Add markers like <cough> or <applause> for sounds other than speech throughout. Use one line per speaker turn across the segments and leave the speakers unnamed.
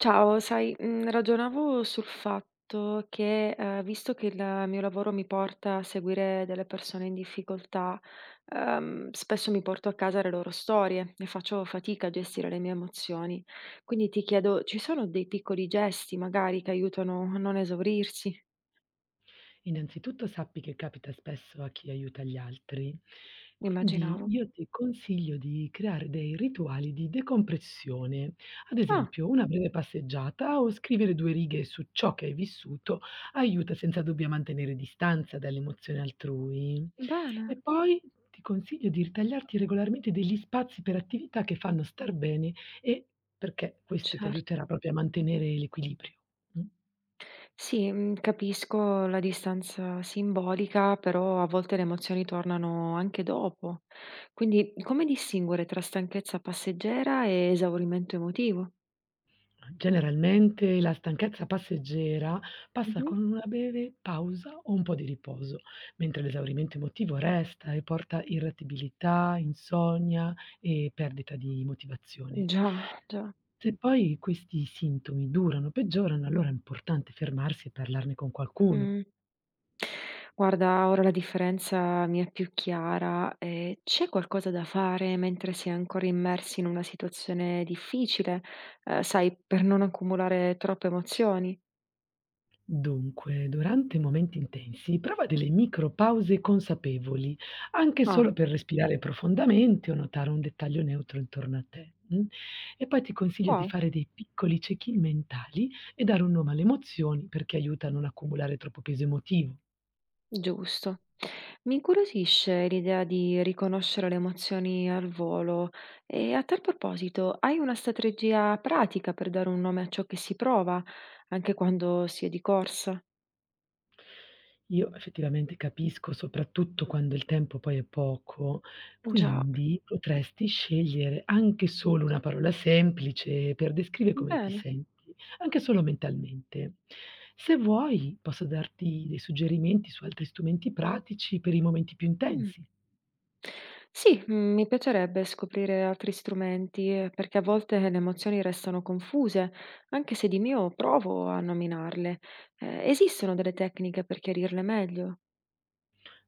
Ciao, ragionavo sul fatto che, visto che il mio lavoro mi porta a seguire delle persone in difficoltà, spesso mi porto a casa le loro storie e faccio fatica a gestire le mie emozioni. Quindi ti chiedo, ci sono dei piccoli gesti magari che aiutano a non esaurirsi?
Innanzitutto sappi che capita spesso a chi aiuta gli altri, quindi
Immaginavo.
io ti consiglio di creare dei rituali di decompressione, ad
Ah,
esempio una breve passeggiata o scrivere 2 righe su ciò che hai vissuto aiuta senza dubbio a mantenere distanza dall'emozione altrui.
bene,
E poi ti consiglio di ritagliarti regolarmente degli spazi per attività che fanno star bene e perché questo ti
certo.
aiuterà proprio a mantenere l'equilibrio. Mh.
Sì, capisco la distanza simbolica, però a volte le emozioni tornano anche dopo. Quindi come distinguere tra stanchezza passeggera e esaurimento emotivo?
Generalmente la stanchezza passeggera passa
Mh-mh.
con una breve pausa o un po' di riposo, mentre l'esaurimento emotivo resta e porta irritabilità, insonnia e perdita di motivazione.
Già, già.
Se poi questi sintomi durano o peggiorano, allora è importante fermarsi e parlarne con qualcuno.
Mh. Guarda, ora la differenza mi è più chiara. C'è qualcosa da fare mentre si è ancora immersi in una situazione difficile, per non accumulare troppe emozioni?
Dunque, durante momenti intensi, prova delle micro pause consapevoli, anche
Ah.
solo per respirare profondamente o notare un dettaglio neutro intorno a te. Mm? E poi ti consiglio di
Può
fare dei piccoli check-in mentali e dare un nome alle emozioni perché aiuta a non accumulare troppo peso emotivo.
Giusto. Mi incuriosisce l'idea di riconoscere le emozioni al volo e a tal proposito, hai una strategia pratica per dare un nome a ciò che si prova, anche quando si è di corsa?
Io effettivamente capisco, soprattutto quando il tempo poi è poco,
Già,
quindi potresti scegliere anche solo una parola semplice per descrivere come ti
bene.
senti, anche solo mentalmente. Se vuoi, posso darti dei suggerimenti su altri strumenti pratici per i momenti più
Mm.
intensi.
Sì, mi piacerebbe scoprire altri strumenti, perché a volte le emozioni restano confuse, anche se di mio provo a nominarle. Esistono delle tecniche per chiarirle meglio?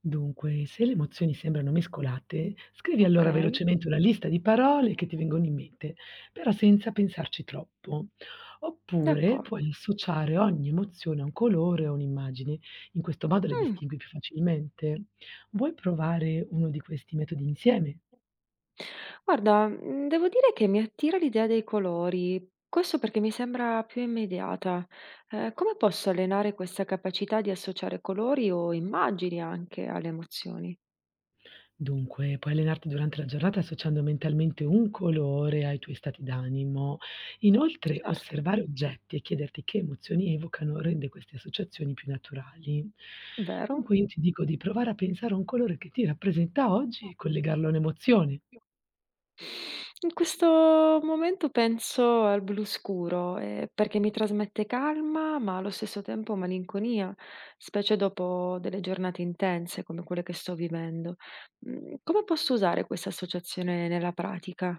Dunque, se le emozioni sembrano mescolate, scrivi
Ok,
allora velocemente una lista di parole che ti vengono in mente, però senza pensarci troppo. Oppure
d'accordo.
puoi associare ogni emozione a un colore o un'immagine, in questo modo le
Mm.
distingui più facilmente. Vuoi provare uno di questi metodi insieme?
Guarda, devo dire che mi attira l'idea dei colori, questo perché mi sembra più immediata. Come posso allenare questa capacità di associare colori o immagini anche alle emozioni?
Dunque, puoi allenarti durante la giornata associando mentalmente un colore ai tuoi stati d'animo. Inoltre,
Certo,
osservare oggetti e chiederti che emozioni evocano rende queste associazioni più naturali.
vero.
Dunque, io ti dico di provare a pensare a un colore che ti rappresenta oggi e collegarlo a un'emozione.
In questo momento penso al blu scuro, perché mi trasmette calma, ma allo stesso tempo malinconia, specie dopo delle giornate intense come quelle che sto vivendo. Come posso usare questa associazione nella pratica?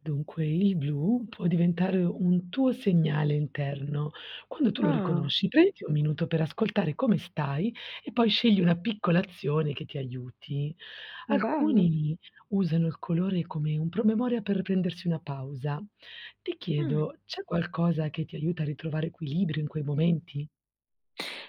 Dunque, il blu può diventare un tuo segnale interno. Quando tu lo
Ah,
riconosci, prenditi un minuto per ascoltare come stai e poi scegli una piccola azione che ti aiuti.
bello.
Alcuni usano il colore come un promemoria per prendersi una pausa. Ti
Mh.
chiedo, c'è qualcosa che ti aiuta a ritrovare equilibrio in quei momenti?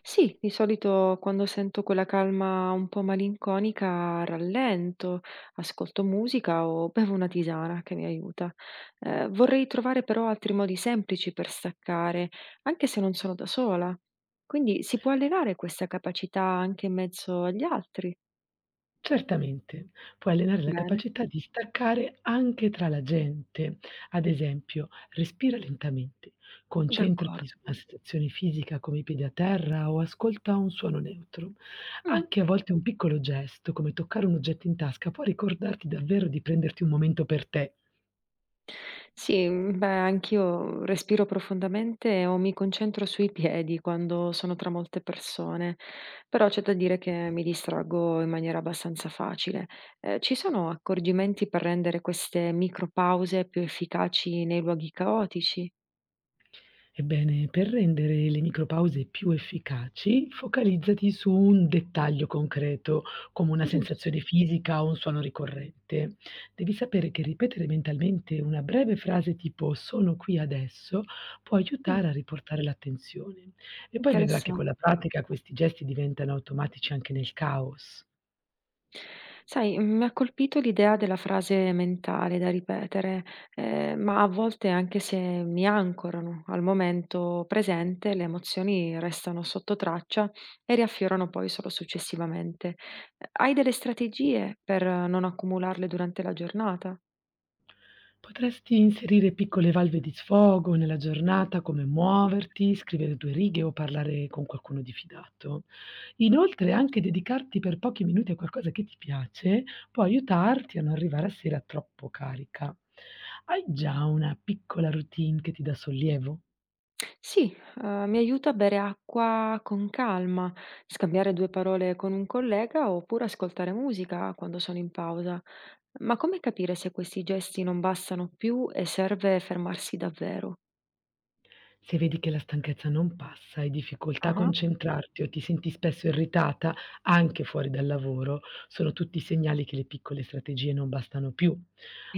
Sì, di solito quando sento quella calma un po' malinconica rallento, ascolto musica o bevo una tisana che mi aiuta. Vorrei trovare però altri modi semplici per staccare, anche se non sono da sola. Quindi si può allenare questa capacità anche in mezzo agli altri?
Certamente, puoi allenare la
Bene,
capacità di staccare anche tra la gente. Ad esempio, respira lentamente, concentrati
d'accordo.
su una sensazione fisica come i piedi a terra o ascolta un suono neutro.
Mm.
Anche a volte un piccolo gesto, come toccare un oggetto in tasca, può ricordarti davvero di prenderti un momento per te.
Sì, beh, anch'io respiro profondamente o mi concentro sui piedi quando sono tra molte persone, però c'è da dire che mi distraggo in maniera abbastanza facile. Ci sono accorgimenti per rendere queste micropause più efficaci nei luoghi caotici?
Ebbene, per rendere le micropause più efficaci, focalizzati su un dettaglio concreto, come una
Giusto.
sensazione fisica o un suono ricorrente. Devi sapere che ripetere mentalmente una breve frase tipo sono qui adesso può
Mh,
aiutare a riportare l'attenzione. E poi vedrà che
interessan
con la pratica questi gesti diventano automatici anche nel caos.
Sai, mi ha colpito l'idea della frase mentale da ripetere, ma a volte, anche se mi ancorano al momento presente, le emozioni restano sotto traccia e riaffiorano poi solo successivamente. Hai delle strategie per non accumularle durante la giornata?
Potresti inserire piccole valve di sfogo nella giornata, come muoverti, scrivere 2 righe o parlare con qualcuno di fidato. Inoltre anche dedicarti per pochi minuti a qualcosa che ti piace, può aiutarti a non arrivare a sera troppo carica. Hai già una piccola routine che ti dà sollievo?
Sì, mi aiuta a bere acqua con calma, scambiare due parole con un collega oppure ascoltare musica quando sono in pausa. Ma come capire se questi gesti non bastano più e serve fermarsi davvero?
Se vedi che la stanchezza non passa, hai difficoltà a
Ah-ah.
concentrarti o ti senti spesso irritata anche fuori dal lavoro, sono tutti segnali che le piccole strategie non bastano più.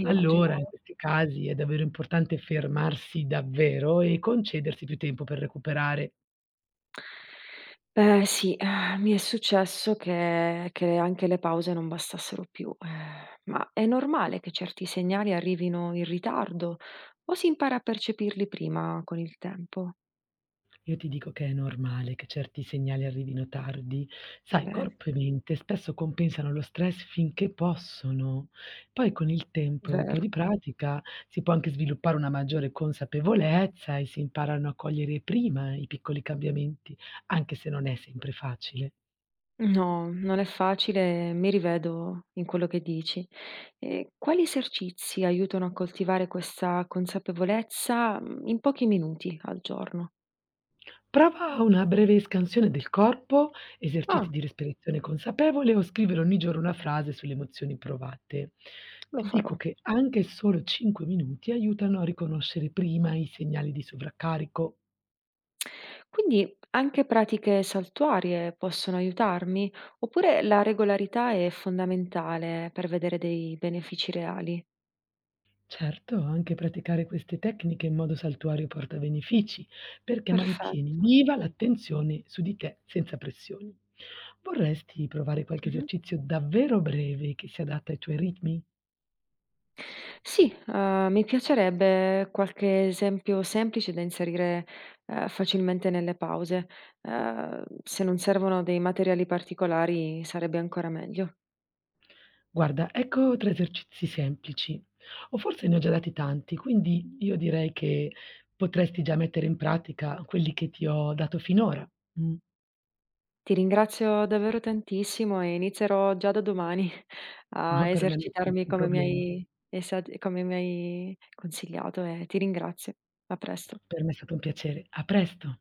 Allora, in
Immaginavo.
questi casi è davvero importante fermarsi davvero e concedersi più tempo per recuperare.
Beh sì, mi è successo che anche le pause non bastassero più. Ma è normale che certi segnali arrivino in ritardo o si impara a percepirli prima con il tempo?
Io ti dico che è normale che certi segnali arrivino tardi. Sai,
Bene,
corpo e mente spesso compensano lo stress finché possono. Poi con il tempo e un po'
vero.
di pratica si può anche sviluppare una maggiore consapevolezza e si imparano a cogliere prima i piccoli cambiamenti, anche se non è sempre facile.
No, non è facile, mi rivedo in quello che dici. E quali esercizi aiutano a coltivare questa consapevolezza mm, in pochi minuti al giorno?
Prova una breve scansione del corpo,
Ah,
eserciti di respirazione consapevole o scrivere ogni giorno una frase sulle emozioni provate.
lo
Ti dico
farò.
che anche solo 5 minuti aiutano a riconoscere prima i segnali di sovraccarico.
Quindi anche pratiche saltuarie possono aiutarmi, oppure la regolarità è fondamentale per vedere dei benefici reali.
Certo, anche praticare queste tecniche in modo saltuario porta benefici, perché mantieni
Perfetto.
viva l'attenzione su di te senza pressioni. Vorresti provare qualche esercizio davvero breve che si adatta ai tuoi ritmi?
Sì, mi piacerebbe qualche esempio semplice da inserire, facilmente nelle pause. Se non servono dei materiali particolari sarebbe ancora meglio.
Guarda, ecco 3 esercizi semplici, o forse ne ho già dati tanti, quindi io direi che potresti già mettere in pratica quelli che ti ho dato finora. Mh,
Ti ringrazio davvero tantissimo e inizierò già da domani <laughs>
no,
a
per me non c'è
esercitarmi
nessun
come mi
problema.
hai esat come mi hai consigliato e ti ringrazio. A presto.
Per me è stato un piacere. A presto.